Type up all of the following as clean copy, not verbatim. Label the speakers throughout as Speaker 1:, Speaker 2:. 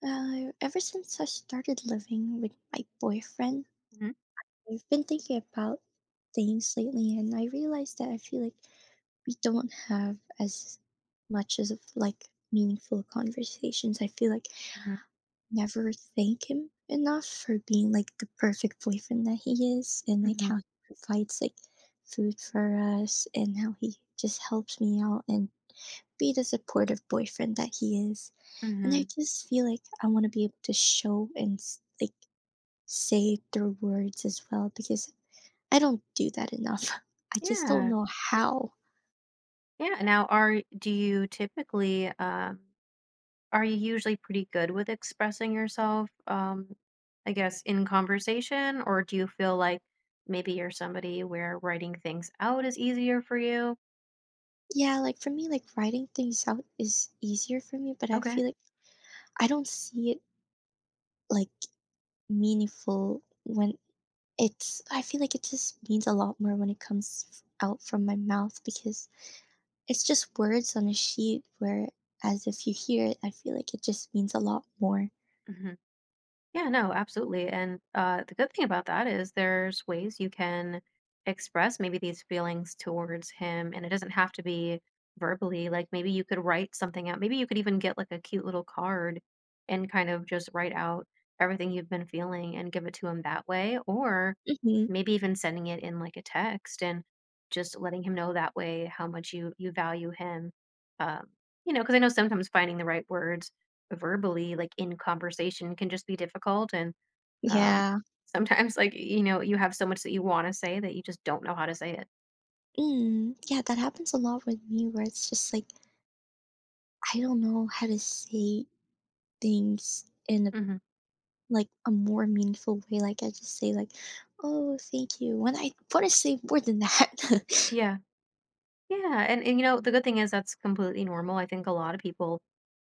Speaker 1: Ever since I started living with my boyfriend,
Speaker 2: Mhm,
Speaker 1: I've been thinking about things lately, and I realized that I feel like we don't have as much as of like meaningful conversations. I feel like I
Speaker 2: mhm,
Speaker 1: never thank him enough for being like the perfect boyfriend that he is, and like how
Speaker 2: mhm,
Speaker 1: he provides like food for us, and how he just helps me out and be the supportive boyfriend that he is. And I
Speaker 2: mhm.
Speaker 1: just feel like I want to be able to show and like say it through words as well because I don't do that enough. I just don't
Speaker 2: Yeah,
Speaker 1: know how.
Speaker 2: yeah. Now, are do you typically, are you usually pretty good with expressing yourself, I guess, in conversation, or do you feel like maybe you're somebody where writing things out is easier for you?
Speaker 1: Yeah, like for me, like writing things out is easier for me, but I
Speaker 2: Okay.
Speaker 1: feel like I don't see it like meaningful when I feel like it just means a lot more when it comes out from my mouth because it's just words on a sheet where as if you hear it, I feel like it just means a lot more.
Speaker 2: Mhm. Yeah, no, absolutely. And The good thing about that is there's ways you can express maybe these feelings towards him, and it doesn't have to be verbally. Like maybe you could write something out. Maybe you could even get like a cute little card and kind of just write out everything you've been feeling and give it to him that way. Or
Speaker 1: Hmm.
Speaker 2: maybe even sending it in like a text and just letting him know that way how much you value him. Um, you know, because I know sometimes finding the right words verbally, like in conversation, can just be difficult. And uh,
Speaker 1: Yeah.
Speaker 2: sometimes, like, you know, you have so much that you want to say that you just don't know how to say it.
Speaker 1: Yeah, that happens a lot with me where it's just like I don't know how to say things in a
Speaker 2: Hmm.
Speaker 1: like a more meaningful way. Like I just say like, "Oh, thank you," when I want to say more than that.
Speaker 2: Yeah. Yeah. And you know, the good thing is that's completely normal. I think a lot of people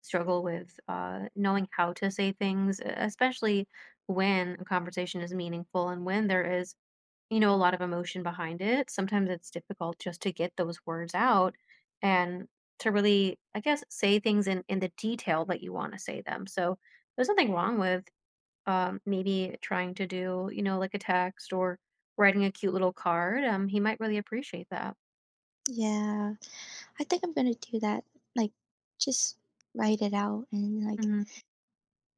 Speaker 2: struggle with knowing how to say things, especially when a conversation is meaningful and when there is, you know, a lot of emotion behind it. Sometimes it's difficult just to get those words out and to really, I guess, say things in the detail that you want to say them. So there's nothing wrong with maybe trying to do, you know, like a text or writing a cute little card. He might really appreciate that.
Speaker 1: Yeah, I think I'm gonna do that. Like, just write it out and like
Speaker 2: Hmm.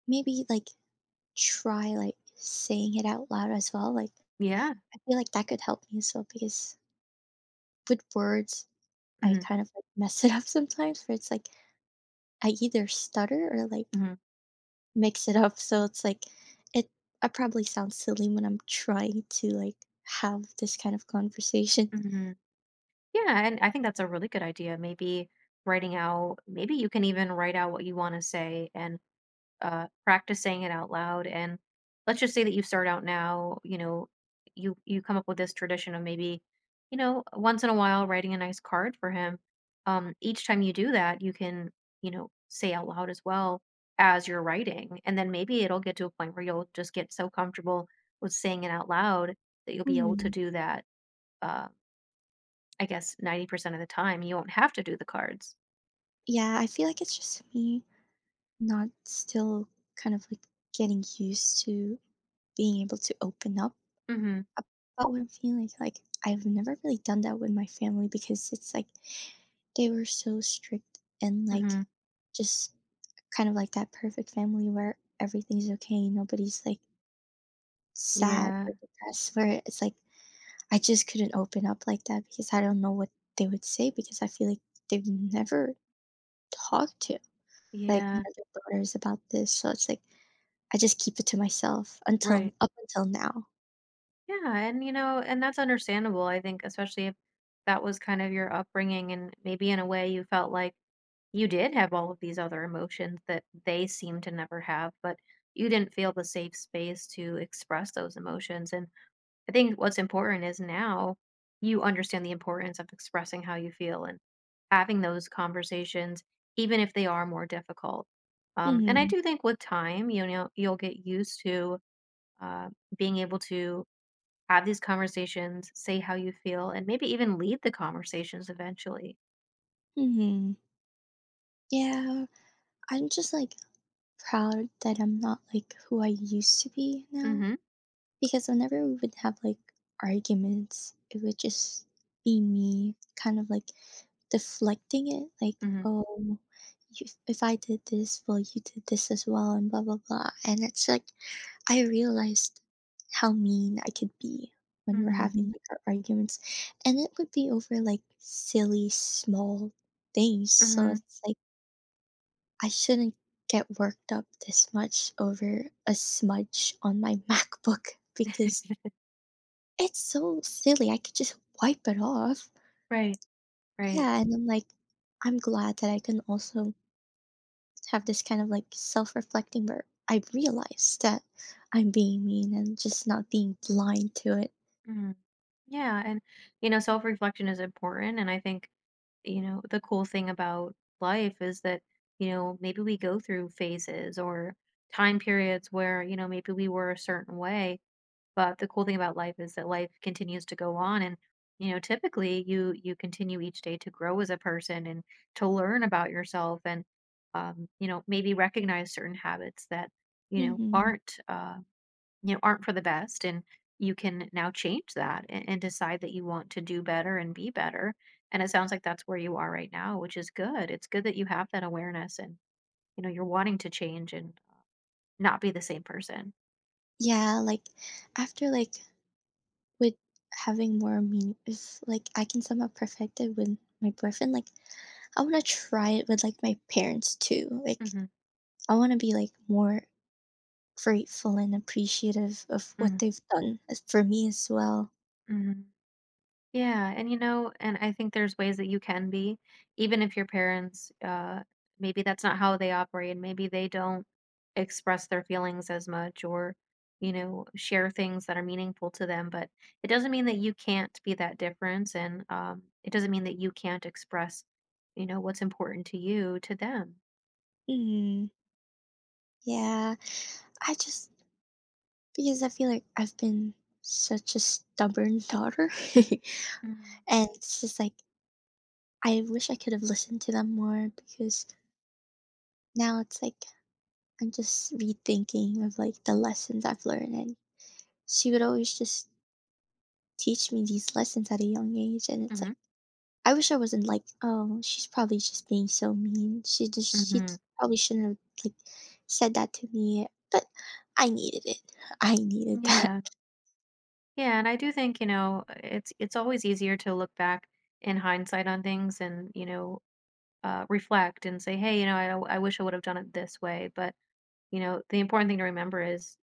Speaker 1: maybe like try like saying it out loud as well. Like
Speaker 2: Yeah.
Speaker 1: I feel like that could help me as well because with words I
Speaker 2: Hmm.
Speaker 1: kind of like mess it up sometimes where it's like I either stutter or like
Speaker 2: Hmm.
Speaker 1: mix it up. So it's like it I probably sound silly when I'm trying to like have this kind of conversation.
Speaker 2: Hmm. Yeah, and I think that's a really good idea. Maybe writing out, maybe you can even write out what you want to say and practice saying it out loud. And let's just say that you start out now, you know, you come up with this tradition of maybe, you know, once in a while writing a nice card for him. Each time you do that, you can, you know, say out loud as well as you're writing. And then maybe it'll get to a point where you'll just get so comfortable with saying it out loud that you'll be able to
Speaker 1: Hmm.
Speaker 2: do that. Uh, I guess 90% of the time, you won't have to do the cards.
Speaker 1: Yeah, I feel like it's just me not still kind of like getting used to being able to open up
Speaker 2: Mm-hmm.
Speaker 1: about what I'm feeling. Like I've never really done that with my family because it's like they were so strict and like
Speaker 2: Mm-hmm.
Speaker 1: just kind of like that perfect family where everything's okay, nobody's like sad
Speaker 2: Yeah.
Speaker 1: or depressed where it's like I just couldn't open up like that because I don't know what they would say because I feel like they've never talked to like one
Speaker 2: Yeah.
Speaker 1: of their daughters about this. So it's like I just keep it to myself until
Speaker 2: Right.
Speaker 1: up until now.
Speaker 2: Yeah, and you know, and that's understandable. I think, especially if that was kind of your upbringing, and maybe in a way you felt like you did have all of these other emotions that they seem to never have, but you didn't feel the safe space to express those emotions. And I think what's important is now you understand the importance of expressing how you feel and having those conversations, even if they are more difficult. And I
Speaker 1: Mhm.
Speaker 2: do think with time, you know, you'll get used to uh, being able to have these conversations, say how you feel, and maybe even lead the conversations eventually.
Speaker 1: Mhm. Yeah, I'm just like proud that I'm not like who I used to be now.
Speaker 2: Mhm.
Speaker 1: Because whenever we would have like arguments, it would just be me kind of like deflecting it, like,
Speaker 2: Mhm.
Speaker 1: oh, you, if I did this, well, you did this as well, and blah, blah, blah. And it's like, I realized how mean I could be when we're
Speaker 2: Mhm.
Speaker 1: having like our arguments. And it would be over like silly, small things. So
Speaker 2: Mhm.
Speaker 1: it's like, I shouldn't get worked up this much over a smudge on my MacBook because it's so silly, I could just wipe it off.
Speaker 2: Right. Right.
Speaker 1: Yeah, and I'm like, I'm glad that I can also have this kind of like self-reflecting where I realize that I'm being mean and just not being blind to it.
Speaker 2: Mhm. Yeah, and, you know, self-reflection is important, and I think, you know, the cool thing about life is that, you know, maybe we go through phases or time periods where, you know, maybe we were a certain way. But the cool thing about life is that life continues to go on and, you know, typically you continue each day to grow as a person and to learn about yourself and, you know, maybe recognize certain habits that, you know,
Speaker 1: Hmm.
Speaker 2: aren't uh, you know, aren't for the best and you can now change that and decide that you want to do better and be better. And it sounds like that's where you are right now, which is good. It's good that you have that awareness and you know, you're wanting to change and not be the same person.
Speaker 1: Yeah, like after like with having more mean if like I can somehow perfect it with my boyfriend, like I wanna try it with like my parents too. Like
Speaker 2: Hmm.
Speaker 1: I wanna be like more grateful and appreciative of what
Speaker 2: Hmm.
Speaker 1: they've done for me as well.
Speaker 2: Hmm. Yeah, and you know, and I think there's ways that you can be, even if your parents, maybe that's not how they operate, and maybe they don't express their feelings as much or, you know, share things that are meaningful to them. But it doesn't mean that you can't be that difference, and it doesn't mean that you can't express, you know, what's important to you to them.
Speaker 1: Mhm. Yeah, I just because I feel like I've been such a stubborn daughter, and it's just like I wish I could have listened to them more because now it's like I'm just rethinking of like the lessons I've learned, and she would always just teach me these lessons at a young age, and it's
Speaker 2: Mm-hmm.
Speaker 1: like I wish I wasn't like, oh, she's probably just being so mean. She
Speaker 2: Hmm.
Speaker 1: probably shouldn't have like said that to me, but I needed it. I needed that.
Speaker 2: Yeah. Yeah, and I do think, you know, it's always easier to look back in hindsight on things and, you know, reflect and say, hey, you know, I wish I would have done it this way. But, you know, the important thing to remember is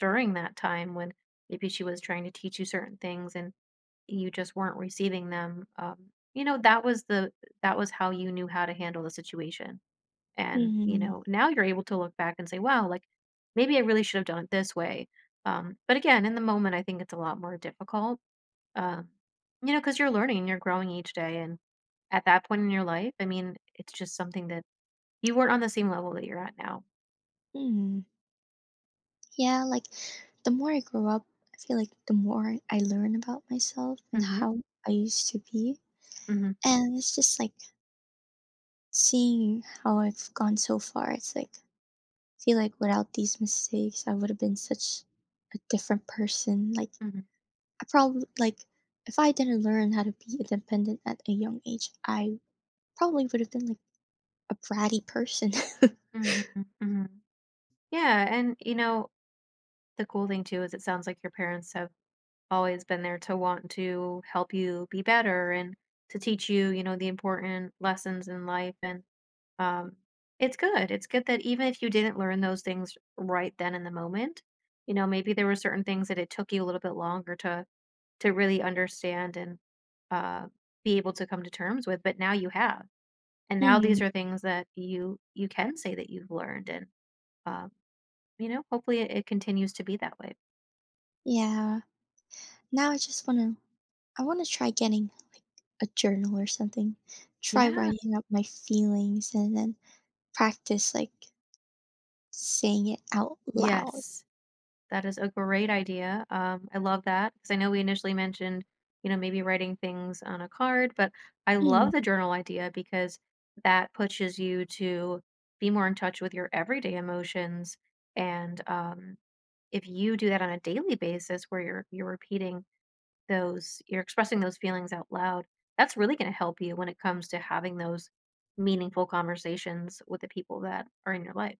Speaker 2: during that time when maybe she was trying to teach you certain things and you just weren't receiving them, you know, that was how you knew how to handle the situation. And, you
Speaker 1: Mhm.
Speaker 2: know, now you're able to look back and say, wow, like maybe I really should have done it this way. But again, in the moment, I think it's a lot more difficult, um, you know, because you're learning, you're growing each day. And at that point in your life, I mean, it's just something that you weren't on the same level that you're at now.
Speaker 1: Hmm. Yeah, like the more I grow up, I feel like the more I learn about myself and
Speaker 2: Mhm,
Speaker 1: how I used to be.
Speaker 2: mhm,
Speaker 1: And it's just like seeing how I've gone so far. It's like, I feel like without these mistakes, I would have been such a different person. Like,
Speaker 2: mhm,
Speaker 1: I probably, like, if I didn't learn how to be independent at a young age, I probably would have been like a bratty person.
Speaker 2: mhm, mhm. Yeah, and, you know, the cool thing too is it sounds like your parents have always been there to want to help you be better and to teach you, you know, the important lessons in life, and, um, it's good that even if you didn't learn those things right then in the moment, you know, maybe there were certain things that it took you a little bit longer to really understand and, uh, be able to come to terms with, but now you have. And now
Speaker 1: Hmm.
Speaker 2: these are things that you can say that you've learned and, um, you know, hopefully it continues to be that way.
Speaker 1: Yeah. Now I just wanna I wanna try getting, like, a journal or something. Try
Speaker 2: Yeah.
Speaker 1: writing up my feelings and then practice, like, saying it out loud.
Speaker 2: Yes. That is a great idea. I love that because I know we initially mentioned, you know, maybe writing things on a card, but I
Speaker 1: Mm,
Speaker 2: love the journal idea because that pushes you to be more in touch with your everyday emotions. And if you do that on a daily basis where you're repeating those you're expressing those feelings out loud, that's really going to help you when it comes to having those meaningful conversations with the people that are in your life.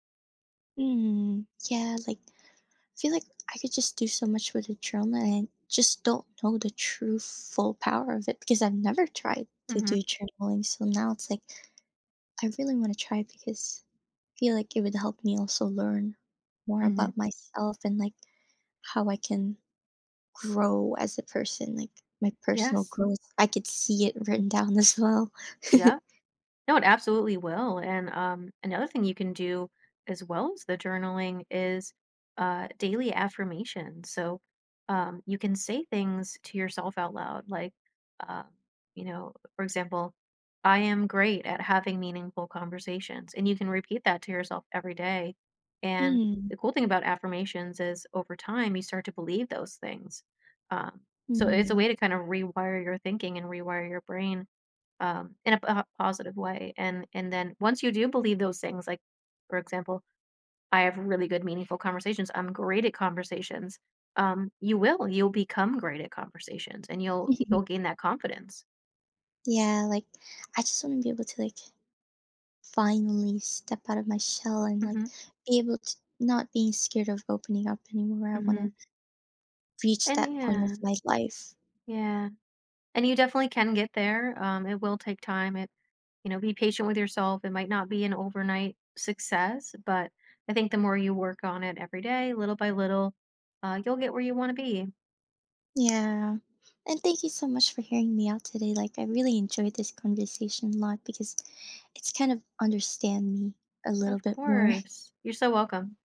Speaker 1: yeah, like, I feel like I could just do so much with a journal and I just don't know the true full power of it because I've never tried to
Speaker 2: Mhm.
Speaker 1: do journaling, so now it's like I really wanna try it because I feel like it would help me also learn more about
Speaker 2: Mhm.
Speaker 1: myself and, like, how I can grow as a person, like my personal
Speaker 2: Yes.
Speaker 1: growth. I could see it written down as well.
Speaker 2: Yeah. No, it absolutely will. And another thing you can do as well as the journaling is daily affirmations. So you can say things to yourself out loud, like, um, you know, for example, I am great at having meaningful conversations. And you can repeat that to yourself every day. And
Speaker 1: Mm,
Speaker 2: the cool thing about affirmations is over time, you start to believe those things. Um, so it's a
Speaker 1: mm.
Speaker 2: way to kind of rewire your thinking and rewire your brain, in a a positive way. And then once you do believe those things, like for example, I have really good meaningful conversations. I'm great at conversations. You will. You'll become great at conversations, and you'll gain that confidence.
Speaker 1: Yeah, like I just want to be able to like finally step out of my shell and like
Speaker 2: Hmm.
Speaker 1: be able to not being scared of opening up anymore. I want
Speaker 2: Hmm.
Speaker 1: to reach
Speaker 2: And
Speaker 1: that point of
Speaker 2: yeah,
Speaker 1: my life.
Speaker 2: yeah. And you definitely can get there. It will take time. It, you know, be patient with yourself. It might not be an overnight success, but I think the more you work on it every day little by little, you'll get where you want to be.
Speaker 1: Yeah. And thank you so much for hearing me out today. Like I really enjoyed this conversation a lot because it's kind of understand me a little
Speaker 2: Of
Speaker 1: bit more.
Speaker 2: course. You're so welcome.